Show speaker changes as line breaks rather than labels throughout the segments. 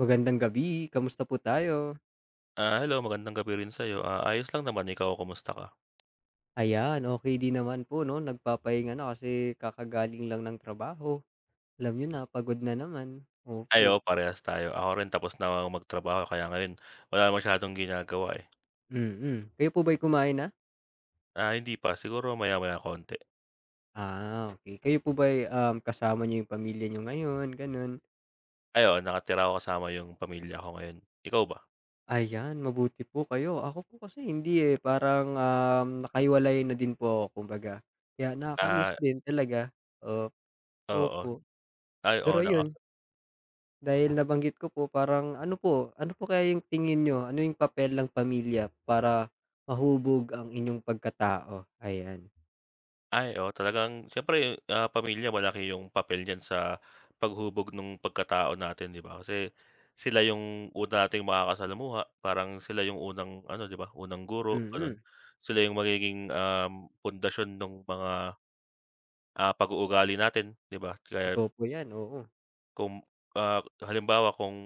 Magandang gabi, kamusta po tayo?
Ah, hello magandang gabi rin sa'yo. Ah, ayos lang naman, ikaw kumusta ka?
Ayan, okay din naman po 'no, nagpapahinga na kasi kakagaling lang ng trabaho. Alam niyo na, pagod na naman.
Ay,
Opo,
oo parehas tayo. Ako rin tapos na akong magtrabaho kaya ngayon wala masyadong ginagawa, eh.
mm. Kayo po ba'y kumain na?
Ah, hindi pa, siguro maya-maya konti.
Ah, okay. Kayo po ba'y, kasama niyo yung pamilya niyo ngayon, gano'n?
Ay, oo nakatira ako kasama yung pamilya ko ngayon. Ikaw ba?
Ayan, mabuti po kayo. Ako po kasi hindi, eh, parang, nakahiwalay na din po ako kumbaga. Kaya nakaka-miss
Ah,
din talaga. O
oo.
opo.
Ay, oo.
Pero yun. Dahil nabanggit ko po parang ano po kaya yung tingin niyo, ano yung papel ng pamilya para mahubog ang inyong pagkatao? Ayan.
Ay, oo talagang siyempre, pamilya malaki yung papel niyan sa paghubog ng pagkatao natin, 'di ba? Kasi sila yung una nating makakasalamuha, parang sila yung unang ano, 'di ba, unang guro,
Mm,
gano'n.
mm,
Sila yung magiging, pundasyon nung mga, pag-uugali natin, 'di ba? Kaya
totoo po 'yan, oo.
kung, ah, halimbawa kung,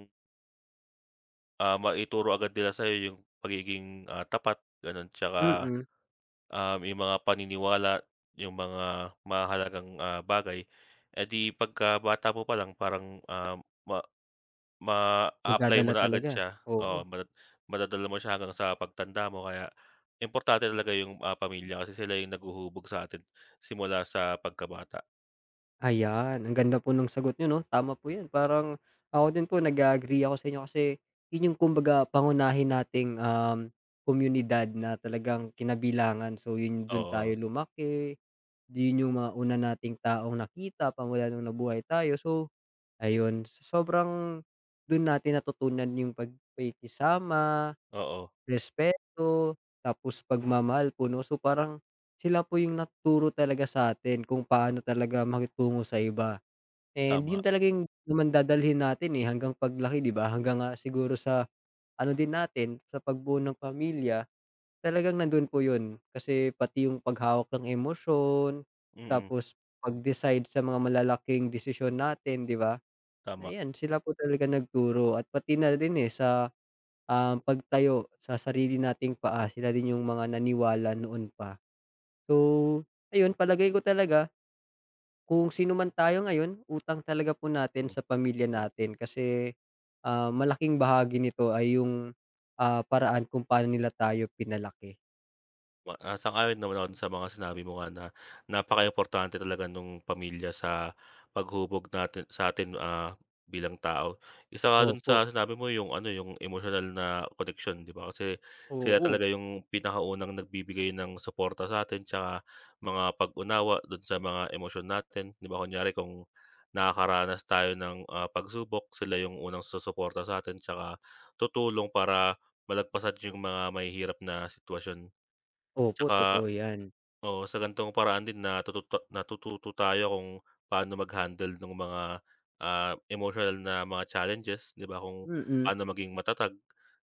maituro agad nila sa yung pagiging, tapat, gano'n,
Mm,
tsaka
mm,
yung mga paniniwala, yung mga mahalagang bagay, eh, di pagkabata mo palang parang, ma ma apply mo
nagdadala
na agad
talaga,
siya,
oo.
o madadala mo siya hanggang sa pagtanda mo kaya importante talaga yung, pamilya kasi sila yung naghuhubog sa atin simula sa pagkabata.
Ayan, ang ganda po ng sagot niyo 'no, tama po 'yan. Parang ako din po nag-a-agree ako sa inyo kasi 'yun yung kumbaga pangunahin nating, komunidad na talagang kinabilangan. So 'yun, dun tayo
Oo,
lumaki, 'yun yung mga una nating taong nakita, pa mula nung nabuhay tayo. So, ayun, sa sobrang dun natin natutunan yung pagkikisama,
oo,
respeto, tapos pagmamahal po 'no. So, parang sila po yung nagturo talaga sa atin kung paano talaga makitungo sa iba, and yun
tama.
talaga yung naman dadalhin natin, eh, hanggang paglaki 'di ba? Hanggang nga siguro sa ano din natin, sa pagbuo ng pamilya, talagang nandun po yun. Kasi pati yung paghawak ng emosyon,
Mm,
tapos pag-decide sa mga malalaking desisyon natin 'di ba? Na
tama.
'yan, sila po talaga nagturo at pati na rin, eh, sa, pagtayo sa sarili nating paa, sila din yung mga naniwala noon pa. So, ayun palagay ko talaga kung sino man tayo ngayon, utang talaga po natin
Hmm.
sa pamilya natin kasi, malaking bahagi nito ay yung, paraan kung paano nila tayo pinalaki.
Sang-ayon naman ako dun sa mga sinabi mo nga na napakaimportante talaga nung pamilya sa paghubog natin sa'tin, bilang tao. Isa nga dun
Opo.
sa sinabi mo yung ano, yung emosyonal na connection, 'di ba? Kasi sila
Oo.
talaga yung pinakaunang nagbibigay ng suporta sa atin tsaka mga pag-unawa dun sa mga emosyon natin, 'di ba? Kunyari kung nakakaranas tayo ng, pagsubok, sila yung unang susuporta sa atin tsaka tutulong para malagpasan yung mga mahihirap na sitwasyon.
Opo,
Tsaka
totoo 'yan.
oo, sa ganitong paraan din natututo natututo tayo kung paano mag-handle nung mga, emotional na mga challenges, 'di ba? Kung
Mm,
paano maging matatag,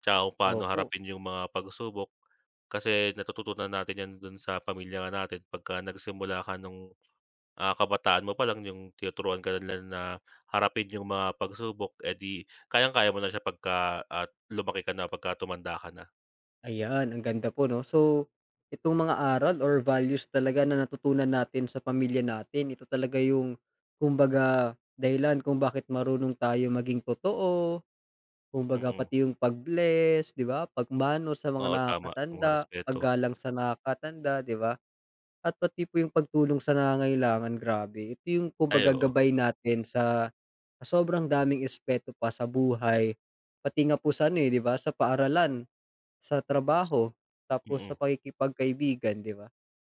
tsaka kung paano
opo.
harapin yung mga pagsubok. Kasi natututunan natin 'yan dun sa pamilya nga natin pagka nagsimula ka nung, kabataan mo palang yung tinuturuan ka nila na harapin yung mga pagsubok, edi di kayang-kaya mo na siya pagka, at lumaki ka na, pagka tumanda ka na.
Ayan, ang ganda po 'no. So, itong mga aral or values talaga na natutunan natin sa pamilya natin, ito talaga yung kumbaga dahilan kung bakit marunong tayo maging totoo, kumbaga
Mm,
pati yung pag-bless, 'di ba, pagmano sa mga
oo, tama, yung mga
nakakatanda,
respeto.
paggalang sa nakakatanda, 'di ba, at pati po yung pagtulong sa nangangailangan, grabe. Ito yung
Ay,
kumbaga
oo,
gabay natin sa sobrang daming aspeto pa sa buhay, pati nga po sa ano, eh, 'di ba, sa paaralan. Sa trabaho, tapos sa
mm.
pakikipagkaibigan, 'di ba?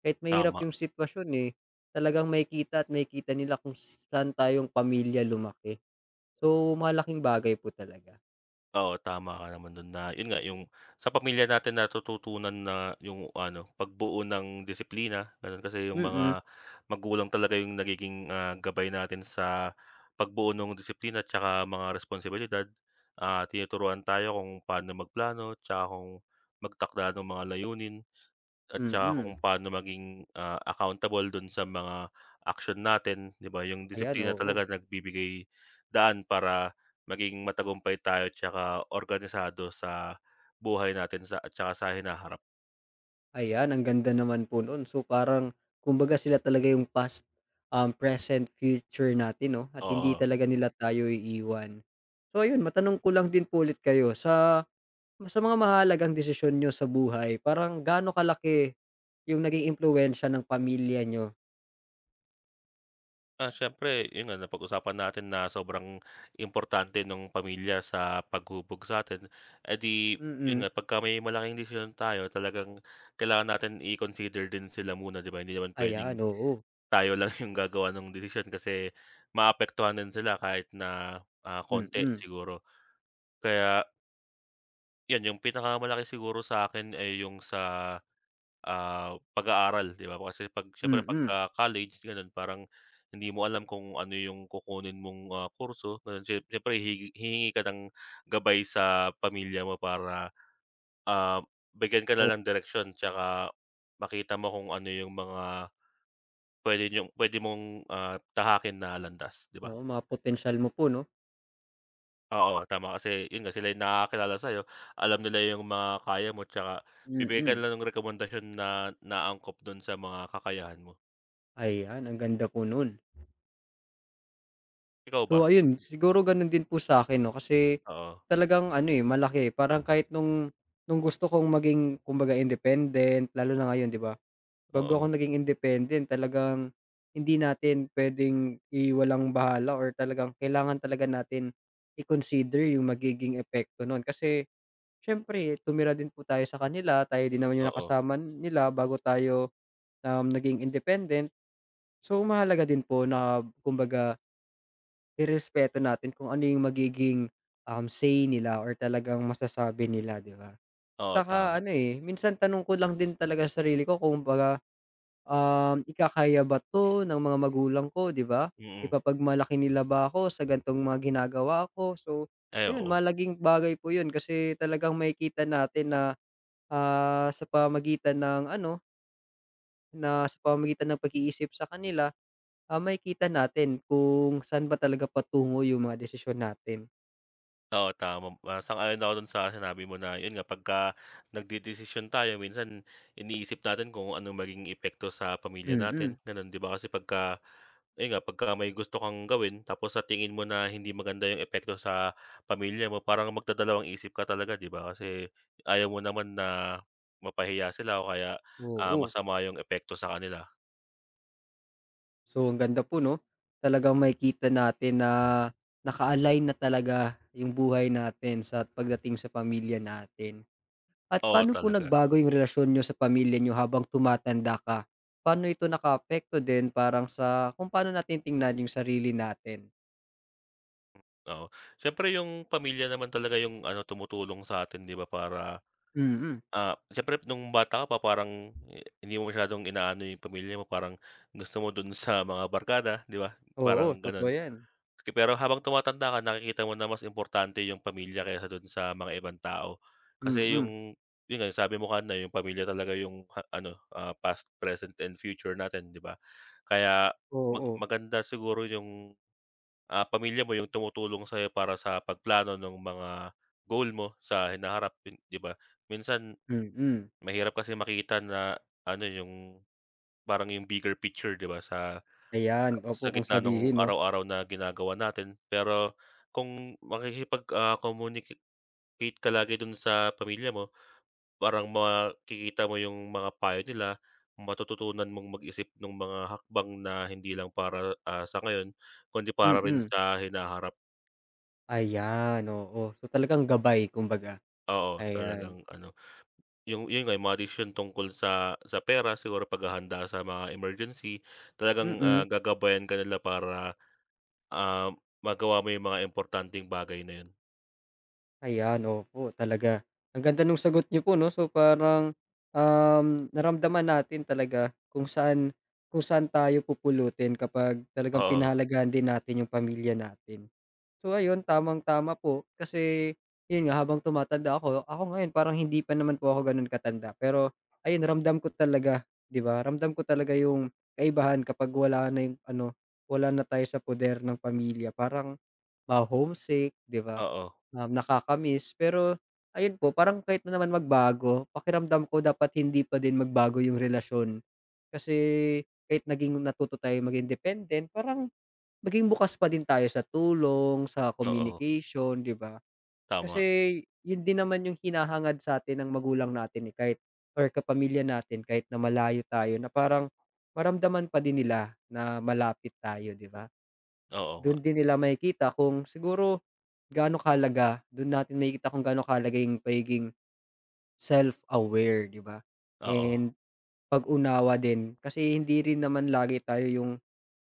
Kahit mahirap
Tama.
yung sitwasyon, eh, talagang makikita at makikita nila kung saan tayong pamilya lumaki. So, malaking bagay po talaga.
Oo, tama ka naman dun na yun nga yung sa pamilya natin natututunan na yung ano, pagbuo ng disiplina, ganun. Kasi yung
Mm,
mga magulang talaga yung nagiging, gabay natin sa pagbuo ng disiplina tsaka mga responsibilidad. Ah, tinuturuan tayo kung paano magplano tsaka kung magtakda ng mga layunin. At saka
mm.
kung paano maging, accountable dun sa mga action natin, 'di ba? Yung
Ayan,
disiplina
oo.
talaga nagbibigay daan para maging matagumpay tayo tsaka organisado sa buhay natin sa at saka sa hinaharap,
Ayan, ang ganda naman po no'n. So, parang kumbaga sila talaga yung past, present, future natin 'no, at hindi
oo.
talaga nila tayo iiwan. So ayun, matanong ko lang din po ulit kayo, Sa mga mahalagang desisyon niyo sa buhay parang gaano kalaki yung naging impluwensiya ng pamilya niyo?
Ah, siyempre yun nga napag-usapan natin na sobrang importante ng pamilya sa paghubog sa'tin. Eh, di
Mm.
yun nga pagka may malaking desisyon tayo talagang kailangan natin i-consider din sila muna, 'di ba? Hindi naman puwedeng
Ayan, oo.
tayo lang yung gagawa ng desisyon kasi maapektuhan din sila kahit na, konti
Mm,
siguro. Kaya yun yung pinakamalaki siguro sa akin ay yung sa, pag-aaral, 'di ba? Kasi 'pag siyempre
mm.
pagka college gano'n parang hindi mo alam kung ano yung kukunin mong, kurso gano'n. Siyempre hihingi hihingi ka ng gabay sa pamilya mo para, ah, bigyan ka
O
na ng direksyon tsaka makita mo kung ano yung mga puwede mong, tahakin na landas, 'di ba?
oo, mga potensyal mo po 'no?
Oo, tama kasi yun nga sila yung nakakakilala sa'yo, alam nila yung mga kaya mo tsaka bibigyan ka
Mm.
nila ng rekomendasyon na naangkop dun sa mga kakayahan mo.
Ayan, ang ganda po nun.
Ikaw ba?
So ayun, siguro ganun din po sa'kin 'no, kasi
Oo,
talagang ano, eh, malaki parang kahit nung gusto kong maging kumbaga independent lalo na ngayon 'di ba? Bago ako
oo,
naging independent talagang hindi natin puwedeng iwalang-bahala or talagang kailangan talaga natin i-consider yung magiging epekto nun. Kasi siyempre tumira din po tayo sa kanila, tayo din naman yung
oo,
nakasama nila bago tayo, naging independent. So mahalaga din po na kumbaga irespeto natin kung ano yung magiging, say nila or talagang masasabi nila, 'di ba?
oo,
Saka
tama,
ano, eh, minsan tanong ko lang din talaga sa sarili ko kung baga ikakaya ba 'to ng mga magulang ko, 'di ba?
mm.
Ipapagmalaki nila ba ako sa gantong mga ginagawa ko? So,
Ay,
ayun
oo.
mahalagang bagay po 'yun kasi talagang makikita natin na, sa pamagitan ng ano, na sa pamagitan ng pag-iisip sa kanila, makikita natin kung saan ba talaga patungo yung mga desisyon natin.
Oo, tama, sang-ayon ako do'n sa sinabi mo na 'yun nga pagka nagdedesisyon tayo minsan iniisip natin kung anong maging epekto sa pamilya natin,
Mm,
gano'n, 'di ba? Kasi pagka ayun nga, pagka may gusto kang gawin tapos sa tingin mo na hindi maganda 'yung epekto sa pamilya mo parang magdadalawang isip ka talaga, 'di ba? Kasi ayaw mo naman na mapahiya sila o kaya,
oo.
masama 'yung epekto sa kanila.
So, ang ganda po 'no, talagang makikita natin na naka-align na talaga yung buhay natin sa pagdating sa pamilya natin. At
Oo,
paano po
talaga,
nagbago yung relasyon niyo sa pamilya nyo habang tumatanda ka? Paano ito nakaapekto din parang sa kung paano natin tingnan yung sarili natin?
oo. Siyempre 'yung pamilya naman talaga 'yung ano tumutulong sa atin, 'di ba para
Mm,
Ah, siyempre nung bata ka pa parang eh, hindi mo masyadong inaano yung pamilya mo, parang gusto mo dun sa mga barkada, 'di ba?
oo,
Parang gano'n.
totoo 'yan.
Pero habang tumatanda ka, nakikita mo na mas importante yung pamilya kaysa dun sa mga ibang tao. Kasi
Mm,
yung yun nga, sabi mo kanina yung pamilya talaga yung ha ano, past, present, and future natin, 'di ba? Kaya
oo,
maganda siguro yung, pamilya mo yung tumutulong sa'yo para sa pagplano ng mga goal mo sa hinaharap, yun, 'di ba? Minsan
mm.
mahirap kasi makita na ano, yung parang yung bigger picture, 'di ba, sa
Ayan, opo
sa
kung
gitna nung
sabihin 'no,
araw-araw na ginagawa natin. Pero kung makikipag, communicate ka lagi dun sa pamilya mo, parang makikita mo yung mga payo nila, matututunan mong mag-isip ng mga hakbang na hindi lang para, sa ngayon kundi para rin
mm.
sa hinaharap.
Ayan, oo. So, talagang gabay kumbaga,
Oo,
ayan,
talagang ano. Yung yun nga, yung mga desisyon tungkol sa pera, siguro paghahanda sa mga emergency, talagang,
mm.
gagabayan ka nila para, ah, magawa mo yung mga importanteng bagay na yun.
Ayan, opo talaga. Ang ganda nung sagot niyo po 'no. So parang, naramdaman natin talaga kung saan tayo pupulutin kapag talagang
Oo,
pinahalagahan din natin yung pamilya natin. So ayun, tamang-tama po kasi yun nga habang tumatanda ako, ako ngayon parang hindi pa naman po ako gano'n katanda pero ayun ramdam ko talaga, 'di ba? Ramdam ko talaga yung kaibahan kapag wala na yung ano, wala na tayo sa poder ng pamilya. Parang ma-homesick, 'di ba?
oo,
Um, nakaka pero ayun po parang kahit na naman magbago, pakiramdam ko dapat hindi pa din magbago yung relasyon. Kasi kahit naging natuto tayong maging dependent, parang maging bukas pa din tayo sa tulong, sa
oo,
communication, 'di ba?
tama.
Kasi yun din naman yung hinahangad sa sa'tin ng magulang natin, eh, kahit or kapamilya natin kahit na malayo tayo na parang maramdaman pa din nila na malapit tayo, 'di ba?
Oo nga,
Dun din nila makikita kung siguro gaano kahalaga, don natin makikita kung gaano kahalaga yung pagiging self-aware, 'di ba?
oo,
And pag-unawa din kasi hindi rin naman lagi tayo yung,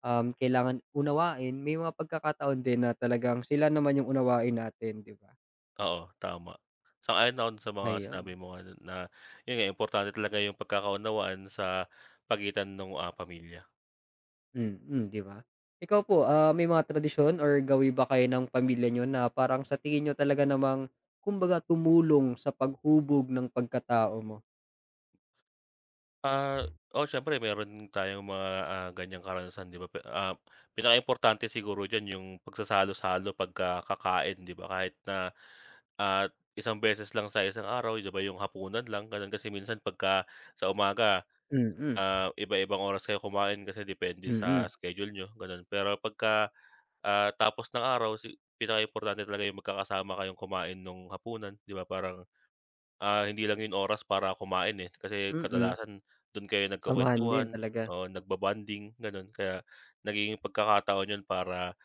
kailangan unawain. May mga pagkakataon din na talagang sila naman yung unawain natin, 'di ba?
oo, tama. Sang-ayon ako dun sa mga sinabi
Ayun,
mo nga na yun nga, importante talaga yung pagkakaunawaan sa pagitan nung, pamilya.
mm, 'di ba? Ikaw po, may mga tradisyon or gawi ba kayo ng pamilya niyo na parang sa tingin niyo talaga namang kumbaga tumulong sa paghubog ng pagkatao mo?
Ah, oh siyempre meron tayong mga, ganiyang karanasan, 'di ba, importante siguro diyan yung pagsasalo-salo pagka kakain, 'di ba, kahit na, ah, isang beses lang sa isang araw, 'di ba, yung hapunan lang gano'n. Kasi minsan pagka sa umaga,
Mm,
iba-ibang oras kayo kumain kasi depende sa
mm.
schedule nyo gano'n. Pero pagka, tapos ng araw si pinaka importante talaga yung magkakasama kayong kumain nung hapunan, 'di ba, parang. Ah, hindi lang 'yun oras para kumain, eh, kasi
Mm,
kadalasan do'n kayo
samahan din
nagkukuwentuhan,
talaga,
oo, nagba-bonding, gano'n. Kaya nagiging pagkakataon 'yun para,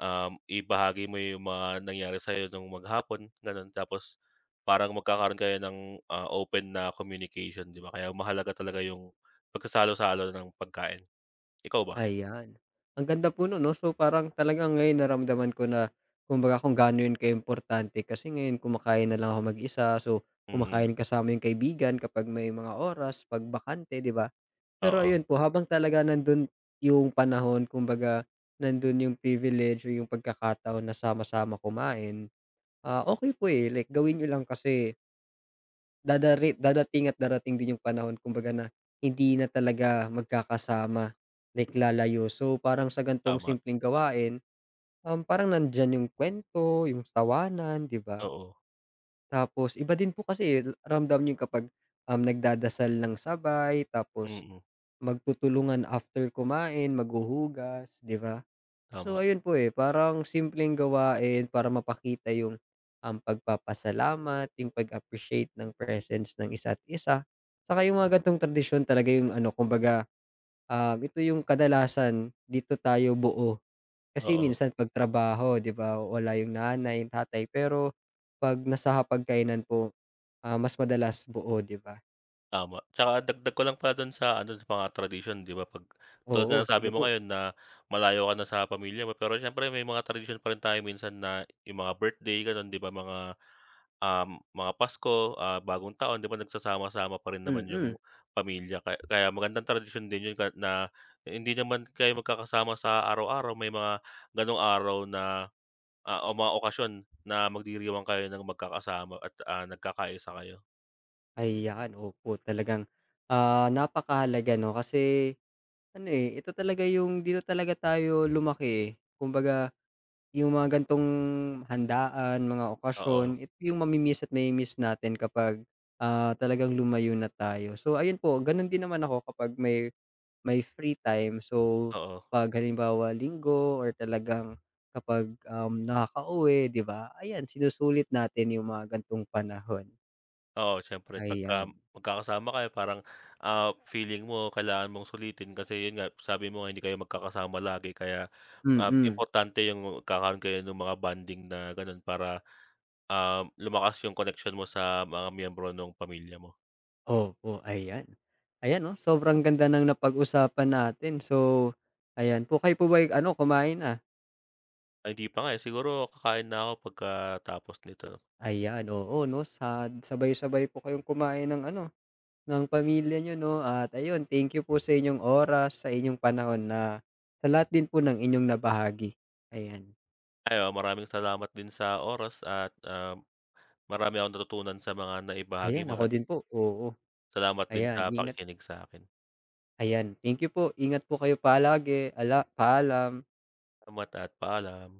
ibahagi mo yung mga nangyari sa'yo nung maghapon, gano'n. Tapos parang magkakaroon kayo ng, open na communication, 'di ba? Kaya mahalaga talaga yung pagsasalo-salo ng pagkain. Ikaw ba?
ayan. Ang ganda po nun 'no, so parang talagang ngayon naramdaman ko na kumbaga kung gaano yun kaimportante kasi ngayon kumakain na lang ako mag-isa, so
Mm,
kumakain kasama yung kaibigan kapag may mga oras 'pag bakante, 'di ba? Pero
oo,
ayun po, habang talaga nandun yung panahon kumbaga nandun yung privilege o yung pagkakataon na sama-sama kumain, okey po, eh, like gawin niyo lang kasi dadating at darating din yung panahon kumbaga na hindi na talaga magkakasama, like lalayo. So, parang sa gan'tong
tama,
simpleng gawain, parang nandyan yung kwento yung tawanan, 'di ba?
oo,
Tapos iba din po kasi, eh, ramdam niyo kapag, nagdadasal ng sabay tapos
mm,
magtutulungan after kumain, maghuhugas, 'di ba? So
tama,
ayun po, eh, parang simpleng gawain para mapakita yung, pagpapasalamat, yung pag-appreciate ng presence ng isa't isa. Saka yung mga gantong tradisyon talaga yung ano kumbaga, ito yung kadalasan dito tayo buo. Kasi
oo.
minsan 'pag trabaho 'di ba, wala yung nanay, tatay, pero 'pag nasa hapagkainan po, mas madalas buo 'di ba?
Tama, tsaka dagdag ko lang pala dun sa ano, sa mga tradisyon, 'di ba, 'pag tulad nga
Oo,
ng sabi
sige
mo
po.
ngayon na malayo ka na sa pamilya mo, pero siyempre may mga tradisyon pa rin tayo minsan na yung mga birthday gano'n, 'di ba, mga, mga Pasko, bagong taon, 'di ba, nagsasama-sama pa rin naman yung
Mm.
pamilya kaya kaya magandang tradisyon din yun ka na hindi naman kayo magkakasama sa araw-araw, may mga gano'ng araw na, o mga okasyon na magdiriwang kayo ng magkakasama at, nagkakaisa kayo.
Ayan, opo talagang, napakahalaga 'no kasi ano, eh, ito talaga yung dito talaga tayo lumaki, eh. Kumbaga yung mga ganitong handaan, mga
Oo,
okasyon, ito yung mami-miss natin kapag, talagang lumayo na tayo. So ayun po, gano'n din naman ako kapag may free time. So
oo.
'pag halimbawa linggo or talagang kapag, nakakauwi, 'di ba, ayan sinusulit natin yung mga ganitong panahon,
Oo, siyempre pagka
ayan.
magkakasama kayo parang, feeling mo kailangan mong sulitin kasi yun nga sabi mo nga hindi kayo magkakasama lagi kaya,
Mm.
importante yung magkakaroon kayo ng mga bonding na gano'n para, lumakas yung connection mo sa mga miyembro nung pamilya mo.
Opo, ayan. Ayan 'no, sobrang ganda ng napag-usapan natin. So, ayan po, kayo po ba'y ano, kumain na?
Ay hindi pa nga, eh, siguro kakain na ako pagkatapos nito.
Ayan, oo 'no, sabay-sabay po kayong kumain ng ano, ng pamilya niyo 'no at ayun, thank you po sa inyong oras, sa inyong panahon na sa lahat din po ng inyong nabahagi. Ayan.
Ay, oo, maraming salamat din sa oras at, marami akong natutunan sa mga naibahagi
Ayan,
mo
ako
at
din po, oo.
salamat din sa
Ayan, ingat
pakikinig sa'kin.
ayan, thank you po. Ingat po kayo palagi. Ala paalam.
Salamat at paalam.